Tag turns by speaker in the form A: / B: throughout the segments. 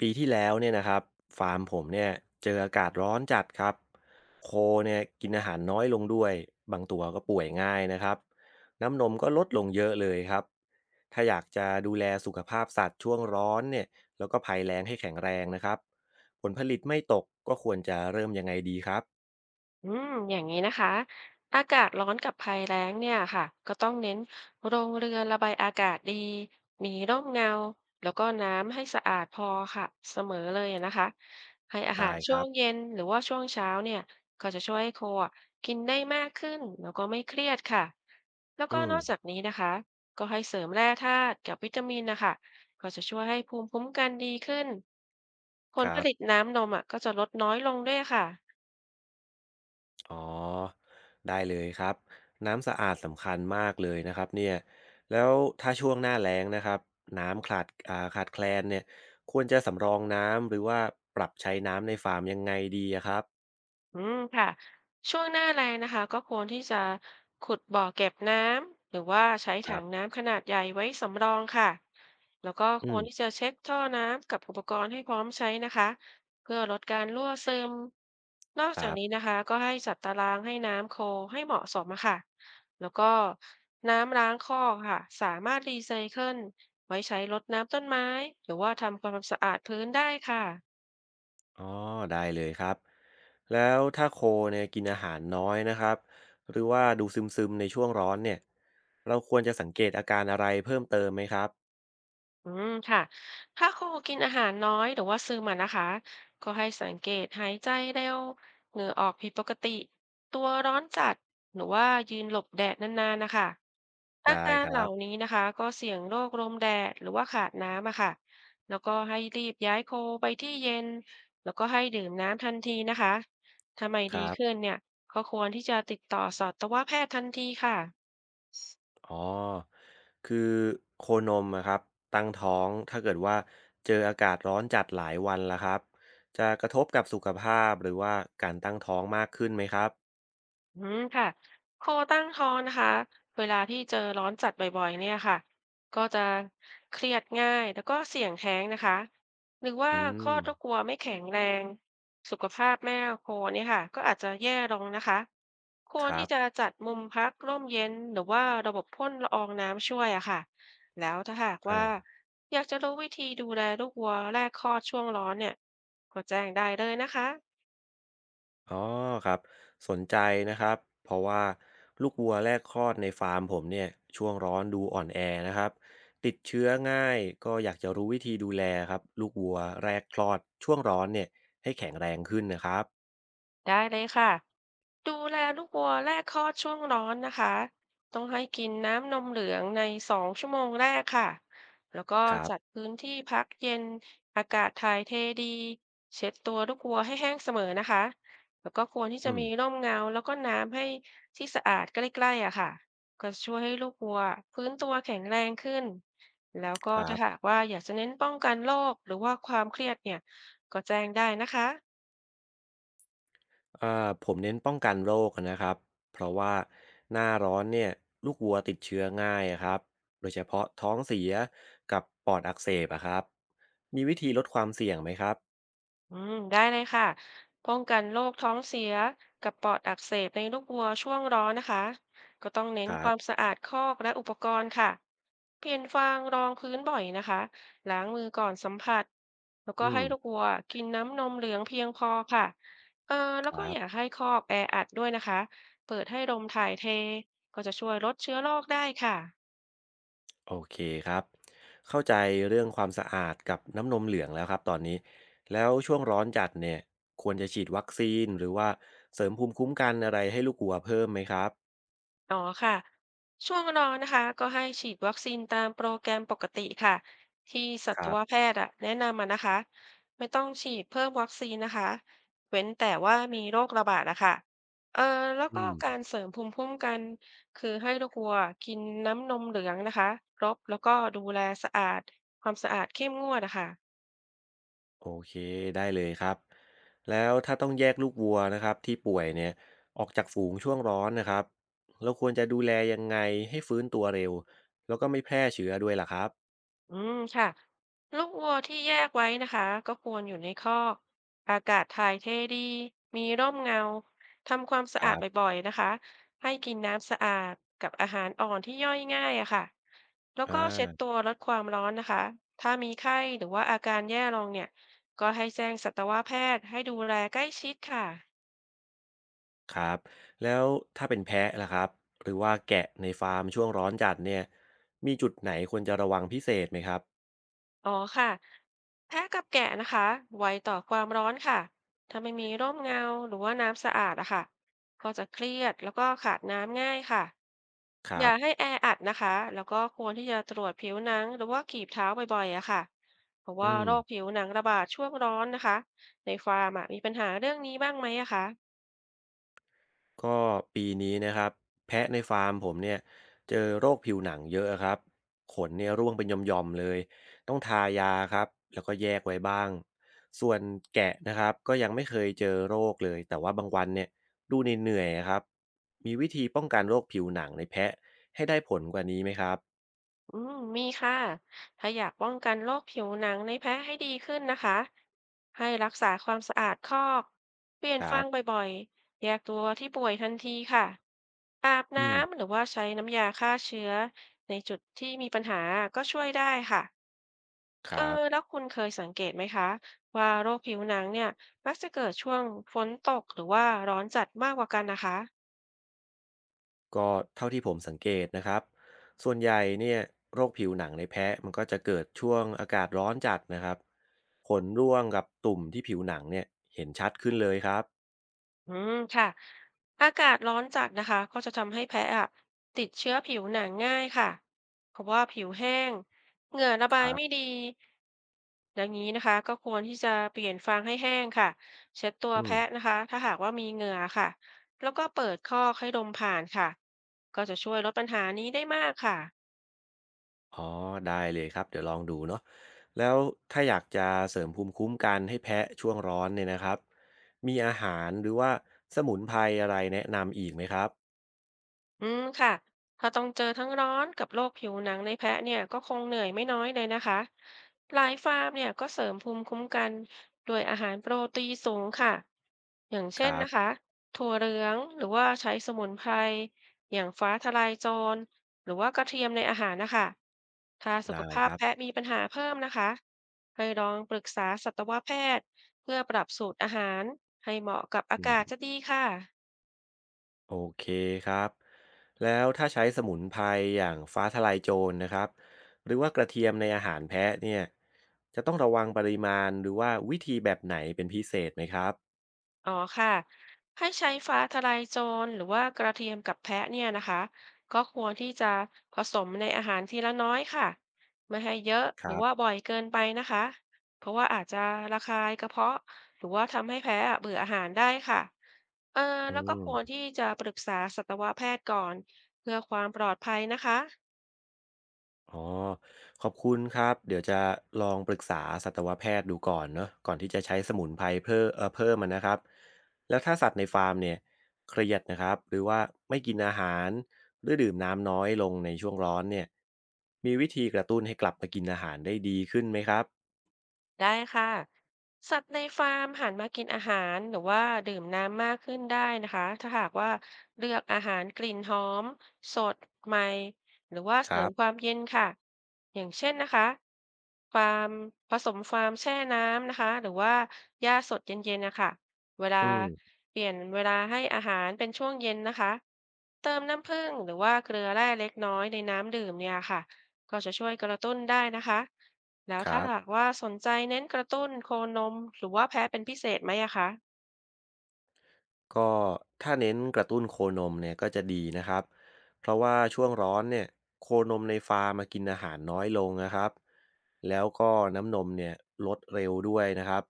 A: ปีที่แล้วเนี่ยนะครับฟาร์มผมเนี่ยเจออากาศร้อนจัดครับโคเนี่ยกินอาหารน้อยลงด้วยบางตัวก็ป่วยง่ายนะครับน้ำนมก็ลดลงเยอะเลยครับถ้าอยากจะดูแลสุขภาพสัตว์ช่วงร้อนเนี่ยแล้วก็ภัยแล้งให้แข็งแรงนะครับผลผลิตไม่ตกก็ควรจะเริ่มยังไงดีครับ
B: อย่างนี้นะคะอากาศร้อนกับภัยแล้งเนี่ยค่ะก็ต้องเน้นโรงเรือนระบายอากาศดีมีร่มเงาแล้วก็น้ำให้สะอาดพอค่ะเสมอเลยนะคะให้อาหา
A: ได้
B: ร
A: ค
B: ช่ว
A: รั
B: ง
A: บ
B: เย็นหรือว่าช่วงเช้าเนี่ยก็จะช่วยให้โคอะกินได้มากขึ้นแล้วก็ไม่เครียดค่ะแล้วก็
A: อืม
B: นอกจากนี้นะคะก็ให้เสริมแร่ธาตุกับวิตามินนะคะก็จะช่วยให้ภูมิคุ้มกันดีขึ้นผ
A: ค
B: ลผ
A: รับ
B: ลิตน้ำนมอ่ะก็จะลดน้อยลงด้วยค่ะ
A: อ๋อได้เลยครับน้ำสะอาดสำคัญมากเลยนะครับเนี่ยแล้วถ้าช่วงหน้าแล้งนะครับน้ำขาดแคลนเนี่ยควรจะสำรองน้ำหรือว่าปรับใช้น้ำในฟาร์มยังไงดีอะครับ
B: ค่ะช่วงหน้าแล้งนะคะก็ควรที่จะขุดบ่อเก็บน้ำหรือว่าใช้
A: ค
B: ถั
A: รั
B: ง
A: บ
B: น้ำขนาดใหญ่ไว้สำรองค่ะแล้วก็ค
A: อื
B: ว
A: ม
B: รที่จะเช็คท่อน้ำกับอุปกรณ์ให้พร้อมใช้นะคะเพื่อลดการรั่วซึมนอก
A: ค
B: จา
A: รั
B: กนี้
A: บ
B: นะคะก็ให้จัดตารางให้น้ำโคลให้เหมาะสมอะค่ะแล้วก็น้ำล้างคอกค่ะสามารถรีไซเคิลไว้ใช้รดน้ำต้นไม้หรือว่าทำความสะอาดพื้นได้ค่ะ
A: อ๋อได้เลยครับแล้วถ้าโคเนี่ยกินอาหารน้อยนะครับหรือว่าดูซึมๆในช่วงร้อนเนี่ยเราควรจะสังเกตอาการอะไรเพิ่มเติมไหมครับ
B: ค่ะถ้าครูกินอาหารน้อยหรือว่าซึมอะนะคะก็ให้สังเกตหายใจเร็วเหงื่อออกผิดปกติตัวร้อนจัดหรือว่ายืนหลบแดดนานๆนะคะอา
A: ได้
B: การ
A: ค
B: เห
A: รั
B: ล่านี้
A: บ
B: นะคะก็เสี่ยงโรคลมแดดหรือว่าขาดน้ำอะค่ะแล้วก็ให้รีบย้ายโคไปที่เย็นแล้วก็ให้ดื่มน้ำทันทีนะคะถ้าไม่
A: ค
B: ดี
A: รั
B: ขึ้น
A: บ
B: เนี่ยก็ควรที่จะติดต่อสัตวแพทย์ทันทีค่ะ
A: อ๋อ คือโคนมอะครับตั้งท้องถ้าเกิดว่าเจออากาศร้อนจัดหลายวันแล้วครับจะกระทบกับสุขภาพหรือว่าการตั้งท้องมากขึ้นไหมครับ
B: ค่ะโคตั้งท้องนะคะเวลาที่เจอร้อนจัดบ่อยๆเนี่ยค่ะก็จะเครียดง่ายแล้วก็เสี่ยงแท้งนะคะหรือ
A: อื
B: ว่าค
A: ม
B: ลอดลูกวัวไม่แข็งแรงสุขภาพแม่โคเนี่ยค่ะก็อาจจะแย่ลงนะคะคว
A: ค
B: ร
A: รั
B: ที่
A: บ
B: จะจัดมุมพักร่มเย็นหรือว่าระบบพ่นละอองน้ำช่วยอะค่ะแล้วถ้าหาก
A: อ่
B: ว่า
A: า
B: อยากจะรู้วิธีดูแลลูกวัวแรกคลอดช่วงร้อนเนี่ยก็แจ้งได้เลยนะคะ
A: อ๋อ ครับ สนใจนะครับเพราะว่าลูกวัวแรกคลอดในฟาร์มผมเนี่ยช่วงร้อนดูอ่อนแอนะครับติดเชื้อง่ายก็อยากจะรู้วิธีดูแลครับลูกวัวแรกคลอดช่วงร้อนเนี่ยให้แข็งแรงขึ้นนะครับ
B: ได้เลยค่ะดูแลลูกวัวแรกคลอดช่วงร้อนนะคะต้องให้กินน้ำนมเหลืองใน2 ชั่วโมงแรกค่ะแล้วก็
A: ครั
B: จัด
A: บ
B: พื้นที่พักเย็นอากาศถ่ายเทดีเช็ดตัวลูกวัวให้แห้งเสมอนะคะแล้วก็ควรที่จะ
A: อื
B: มี
A: ม
B: ร่มเงาแล้วก็น้ำให้ที่สะอาดใกล้ๆอะค่ะก็จะช่วยให้ลูกวัวฟื้นตัวแข็งแรงขึ้นแล้วก็
A: ครั
B: ถ้าหาก
A: บ
B: ว่าอยากจะเน้นป้องกันโรคหรือว่าความเครียดเนี่ยก็แจ้งได้นะคะ
A: อ่าผมเน้นป้องกันโรคนะครับเพราะว่าหน้าร้อนเนี่ยลูกวัวติดเชื้อง่ายอะครับโดยเฉพาะท้องเสียกับปอดอักเสบอะครับมีวิธีลดความเสี่ยงไหมครับ
B: ได้เลยค่ะป้องกันโรคท้องเสียกับปอดอักเสบในลูกวัวช่วงร้อนนะคะก็ต้องเน้
A: ค
B: น
A: รั
B: ความ
A: บ
B: สะอาดคอกและอุปกรณ์ค่ะเปลี่ยนฟางรองพื้นบ่อยนะคะล้างมือก่อนสัมผัส แล้วก็
A: อืม
B: ให้ลูกวัวกินน้ำนมเหลืองเพียงพอค่ะเออแล้
A: ค
B: วก็
A: รับ
B: อย่าให้คอกแออัดด้วยนะคะ เปิดให้ลมถ่ายเท ก็จะช่วยลดเชื้อโรคได้ค่ะ
A: โอเคครับ เข้าใจเรื่องความสะอาดกับน้ำนมเหลืองแล้วครับตอนนี้แล้วช่วงร้อนจัดเนี่ยควรจะฉีดวัคซีนหรือว่าเสริมภูมิคุ้มกันอะไรให้ลูกวัวเพิ่มไหมครับ
B: อ๋อค่ะช่วงรอนะคะก็ให้ฉีดวัคซีนตามโปรแกรมปกติค่ะที่สั
A: ค
B: ต
A: รั
B: วแพ
A: บ
B: ทย์อะแนะนำมานะคะไม่ต้องฉีดเพิ่มวัคซีนนะคะเว้นแต่ว่ามีโรคระบาดนะคะเอ่อแล้ว
A: อื
B: ก็
A: ม
B: การเสริมภูมิคุ้มกันคือให้ลูกวัวกินน้ำนมเหลืองนะคะรบแล้วก็ดูแลสะอาดความสะอาดเข้มงวดนะคะ
A: โอเคได้เลยครับแล้วถ้าต้องแยกลูกวัวนะครับที่ป่วยเนี่ยออกจากฝูงช่วงร้อนนะครับเราควรจะดูแลยังไงให้ฟื้นตัวเร็วแล้วก็ไม่แพร่เชื้อด้วยล่ะครับ
B: ค่ะลูกวัวที่แยกไว้นะคะก็ควรอยู่ในคอกอากาศถ่ายเทดีมีร่มเงาทำความสะ
A: ค
B: อา
A: รั
B: ด
A: บ
B: บ่อยๆนะคะให้กินน้ำสะอาดกับอาหารอ่อนที่ย่อยง่ายอะค่ะแล้ว
A: อ่
B: ก็เช็ดตั
A: า
B: วลดความร้อนนะคะถ้ามีไข้หรือว่าอาการแย่ลงเนี่ยก็ให้แจ้งสัตวแพทย์ให้ดูแลใกล้ชิดค่ะ
A: ครับแล้วถ้าเป็นแพะล่ะครับหรือว่าแกะในฟาร์มช่วงร้อนจัดเนี่ยมีจุดไหนควรจะระวังพิเศษไหมครับ
B: อ๋อค่ะแพะกับแกะนะคะไวต่อความร้อนค่ะถ้าไม่มีร่มเงาหรือว่าน้ำสะอาดอะค่ะก็จะเครียดแล้วก็ขาดน้ำง่ายค่ะ
A: ค
B: อ
A: รับ
B: ย่าให้แออัดนะคะแล้วก็ควรที่จะตรวจผิวหนังหรือว่ากีบเท้าบ่อยๆอะค่ะเพราะ
A: อื
B: ว่า
A: ม
B: โรคผิวหนังระบาดช่วงร้อนนะคะในฟาร์มอะมีปัญหาเรื่องนี้บ้างไหมอะคะ
A: ก็ปีนี้นะครับแพะในฟาร์มผมเนี่ยเจอโรคผิวหนังเยอะครับขนเนี่ยร่วงเป็นหย่อมๆเลยต้องทายาครับแล้วก็แยกไว้บ้างส่วนแกะนะครับก็ยังไม่เคยเจอโรคเลยแต่ว่าบางวันเนี่ยดูเหนื่อยๆครับมีวิธีป้องกันโรคผิวหนังในแพะให้ได้ผลกว่านี้ไหมครับ
B: อืมมีค่ะ ถ้าอยากป้องกันโรคผิวหนังในแพ้ให้ดีขึ้นนะคะ ให้รักษาความสะอาดคอกเปลี่ยน
A: ครั
B: ฟา
A: บ
B: งบ่อยๆ แยกตัวที่ป่วยทันทีค่ะ อาบ
A: อืม
B: น้ำหรือว่าใช้น้ำยาฆ่าเชื้อในจุดที่มีปัญหาก็ช่วยได้ค่ะ
A: ค
B: เออ
A: รับ
B: แล้วคุณเคยสังเกตไหมคะว่าโรคผิวหนังเนี่ยมักจะเกิดช่วงฝนตกหรือว่าร้อนจัดมากกว่ากันนะคะ
A: ก็เท่าที่ผมสังเกตนะครับส่วนใหญ่เนี่ยโรคผิวหนังในแพะมันก็จะเกิดช่วงอากาศร้อนจัดนะครับ ขนร่วงกับตุ่มที่ผิวหนังเนี่ยเห็นชัดขึ้นเลยครับ
B: อืมค่ะอากาศร้อนจัดนะคะก็จะทำให้แพ้อะติดเชื้อผิวหนังง่ายค่ะเพราะว่าผิวแห้งเหงื่อระ
A: ค
B: บาย
A: รั
B: ไม่
A: บ
B: ดีดังนี้นะคะก็ควรที่จะเปลี่ยนฟางให้แห้งค่ะเช็ดตัว
A: อืม
B: แพะนะคะถ้าหากว่ามีเหงื่อค่ะแล้วก็เปิดคอกให้ลมผ่านค่ะก็จะช่วยลดปัญหานี้ได้มากค่ะ
A: อ๋อได้เลยครับเดี๋ยวลองดูเนาะแล้วถ้าอยากจะเสริมภูมิคุ้มกันให้แพะช่วงร้อนเนี่ยนะครับมีอาหารหรือว่าสมุนไพรอะไรแนะนำอีกไหมครับ
B: อืมค่ะถ้าต้องเจอทั้งร้อนกับโรคผิวหนังในแพะเนี่ยก็คงเหนื่อยไม่น้อยเลยนะคะหลายฟาร์มเนี่ยก็เสริมภูมิคุ้มกันด้วยอาหารโปรตีนสูงค่ะ อย่าง
A: ค
B: เช่น
A: รับ
B: นะคะ ถั่วเหลืองหรือว่าใช้สมุนไพรอย่างฟ้าทะลายโจรหรือว่ากระเทียมในอาหารนะคะ ถ้าสุข
A: ได้
B: ภา
A: ค
B: พ
A: รับ
B: แพะมีปัญหาเพิ่มนะคะ ให้ลองปรึกษาสัตวแพทย์เพื่อปรับสูตรอาหารให้เหมาะกับอา
A: อื
B: กาศ
A: ม
B: จะดีค่ะ
A: โอเคครับแล้วถ้าใช้สมุนไพรอย่างฟ้าทะลายโจรนะครับหรือว่ากระเทียมในอาหารแพะเนี่ยจะต้องระวังปริมาณหรือว่าวิธีแบบไหนเป็นพิเศษไหมครับ
B: อ๋อค่ะให้ใช้ฟ้าทะลายโจรหรือว่ากระเทียมกับแพะเนี่ยนะคะก็ควรที่จะผสมในอาหารทีละน้อยค่ะไม่ให้เยอะ
A: ค
B: หรื
A: รั
B: อ
A: บ
B: ว่าบ่อยเกินไปนะคะเพราะว่าอาจจะระคายกระเพาะหรือว่าทำให้แพ้อะเบื่ออาหารได้ค่ะเอ่อ
A: อื
B: แล้วก็ควร
A: ม
B: ที่จะปรึกษาสัตวแพทย์ก่อนเพื่อความปลอดภัยนะคะ
A: อ๋อขอบคุณครับ เดี๋ยวจะลองปรึกษาสัตวแพทย์ดูก่อนเนาะก่อนที่จะใช้สมุนไพรเพิ่มอนนะครับ แล้วถ้าสัตว์ในฟาร์มเนี่ยเครียดนะครับ หรือว่าไม่กินอาหารหรือดื่มน้ำน้อยลงในช่วงร้อนเนี่ย มีวิธีกระตุ้นให้กลับมากินอาหารได้ดีขึ้นไหมครับ
B: ได้ค่ะสัตว์ในฟาร์มหันมากินอาหารหรือว่าดื่มน้ำมากขึ้นได้นะคะถ้าหากว่าเลือกอาหารกลิ่นหอมสดใหม่หรือว่า
A: ค
B: เสริ
A: รั
B: มควา
A: บ
B: มเย็นค่ะอย่างเช่นนะคะฟาร์มผสมฟาร์มแช่น้ำนะคะหรือว่าหญ้าสดเย็นๆนะคะเวลา
A: อืม
B: เปลี่ยนเวลาให้อาหารเป็นช่วงเย็นนะคะเติมน้ำผึ้งหรือว่าเกลือแร่เล็กน้อยในน้ำดื่มเนี่ยค่ะก็จะช่วยกระตุ้นได้นะคะ แล้ว
A: ครั
B: ถ้าหา
A: บ
B: กว่าสนใจเน้นกระตุ้นโคนมหรือว่าแพ้เป็นพิเศษไหมอะคะ
A: ก็ถ้าเน้นกระตุ้นโคนมเนี่ยก็จะดีนะครับเพราะว่าช่วงร้อนเนี่ยโคนมในฟาร์มมากินอาหารน้อยลงนะครับแล้วก็น้ำนมเนี่ยลดเร็วด้วยนะครับ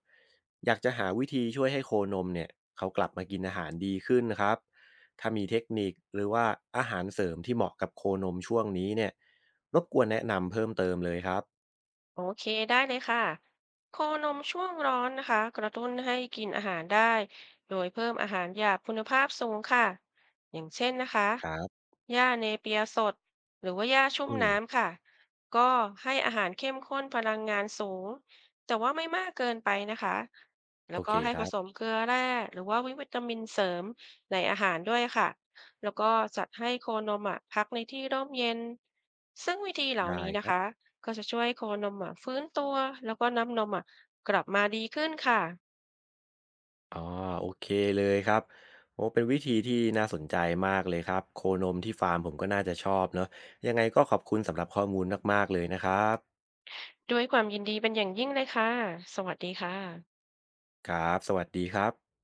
A: อยากจะหาวิธีช่วยให้โคนมเนี่ยเขากลับมากินอาหารดีขึ้นนะครับถ้ามีเทคนิคหรือว่าอาหารเสริมที่เหมาะกับโคนมช่วงนี้เนี่ยรบกวนแนะนำเพิ่มเติมเลยครับ
B: โอเคได้เลยค่ะโคนมช่วงร้อนนะคะกระตุ้นให้กินอาหารได้โดยเพิ่มอาหารหยาบคุณภาพสูงค่ะอย่างเช่นนะคะ
A: ครับ
B: หญ้าเนเปียสดหรือว่าหญ้าชุ่ม
A: อืม
B: น้ำค่ะก็ให้อาหารเข้มข้นพลังงานสูงแต่ว่าไม่มากเกินไปนะคะ
A: โอ
B: แล้ว
A: เค
B: ก็ให้
A: ค
B: ผ
A: รั
B: ส
A: บ
B: มเกลือแร่หรือว่าวิตามินเสริมในอาหารด้วยค่ะแล้วก็จัดให้โคนมอ่ะพักในที่ร่มเย็นซึ่งวิธีเหล่า
A: ได้
B: นี้
A: ค
B: นะ
A: รับ
B: คะ ก็จะช่วยให้โคนมอะฟื้นตัวแล้วก็น้ำนมอะกลับมาดีขึ้นค่ะ
A: อ๋อโอเคเลยครับโอ้เป็นวิธีที่น่าสนใจมากเลยครับโคนมที่ฟาร์มผมก็น่าจะชอบเนอะยังไงก็ขอบคุณสำหรับข้อมูลมากๆเลยนะครับ
B: ด้วยความยินดีเป็นอย่างยิ่งเลยค่ะสวัสดีค่ะ
A: ครับสวัสดีครับ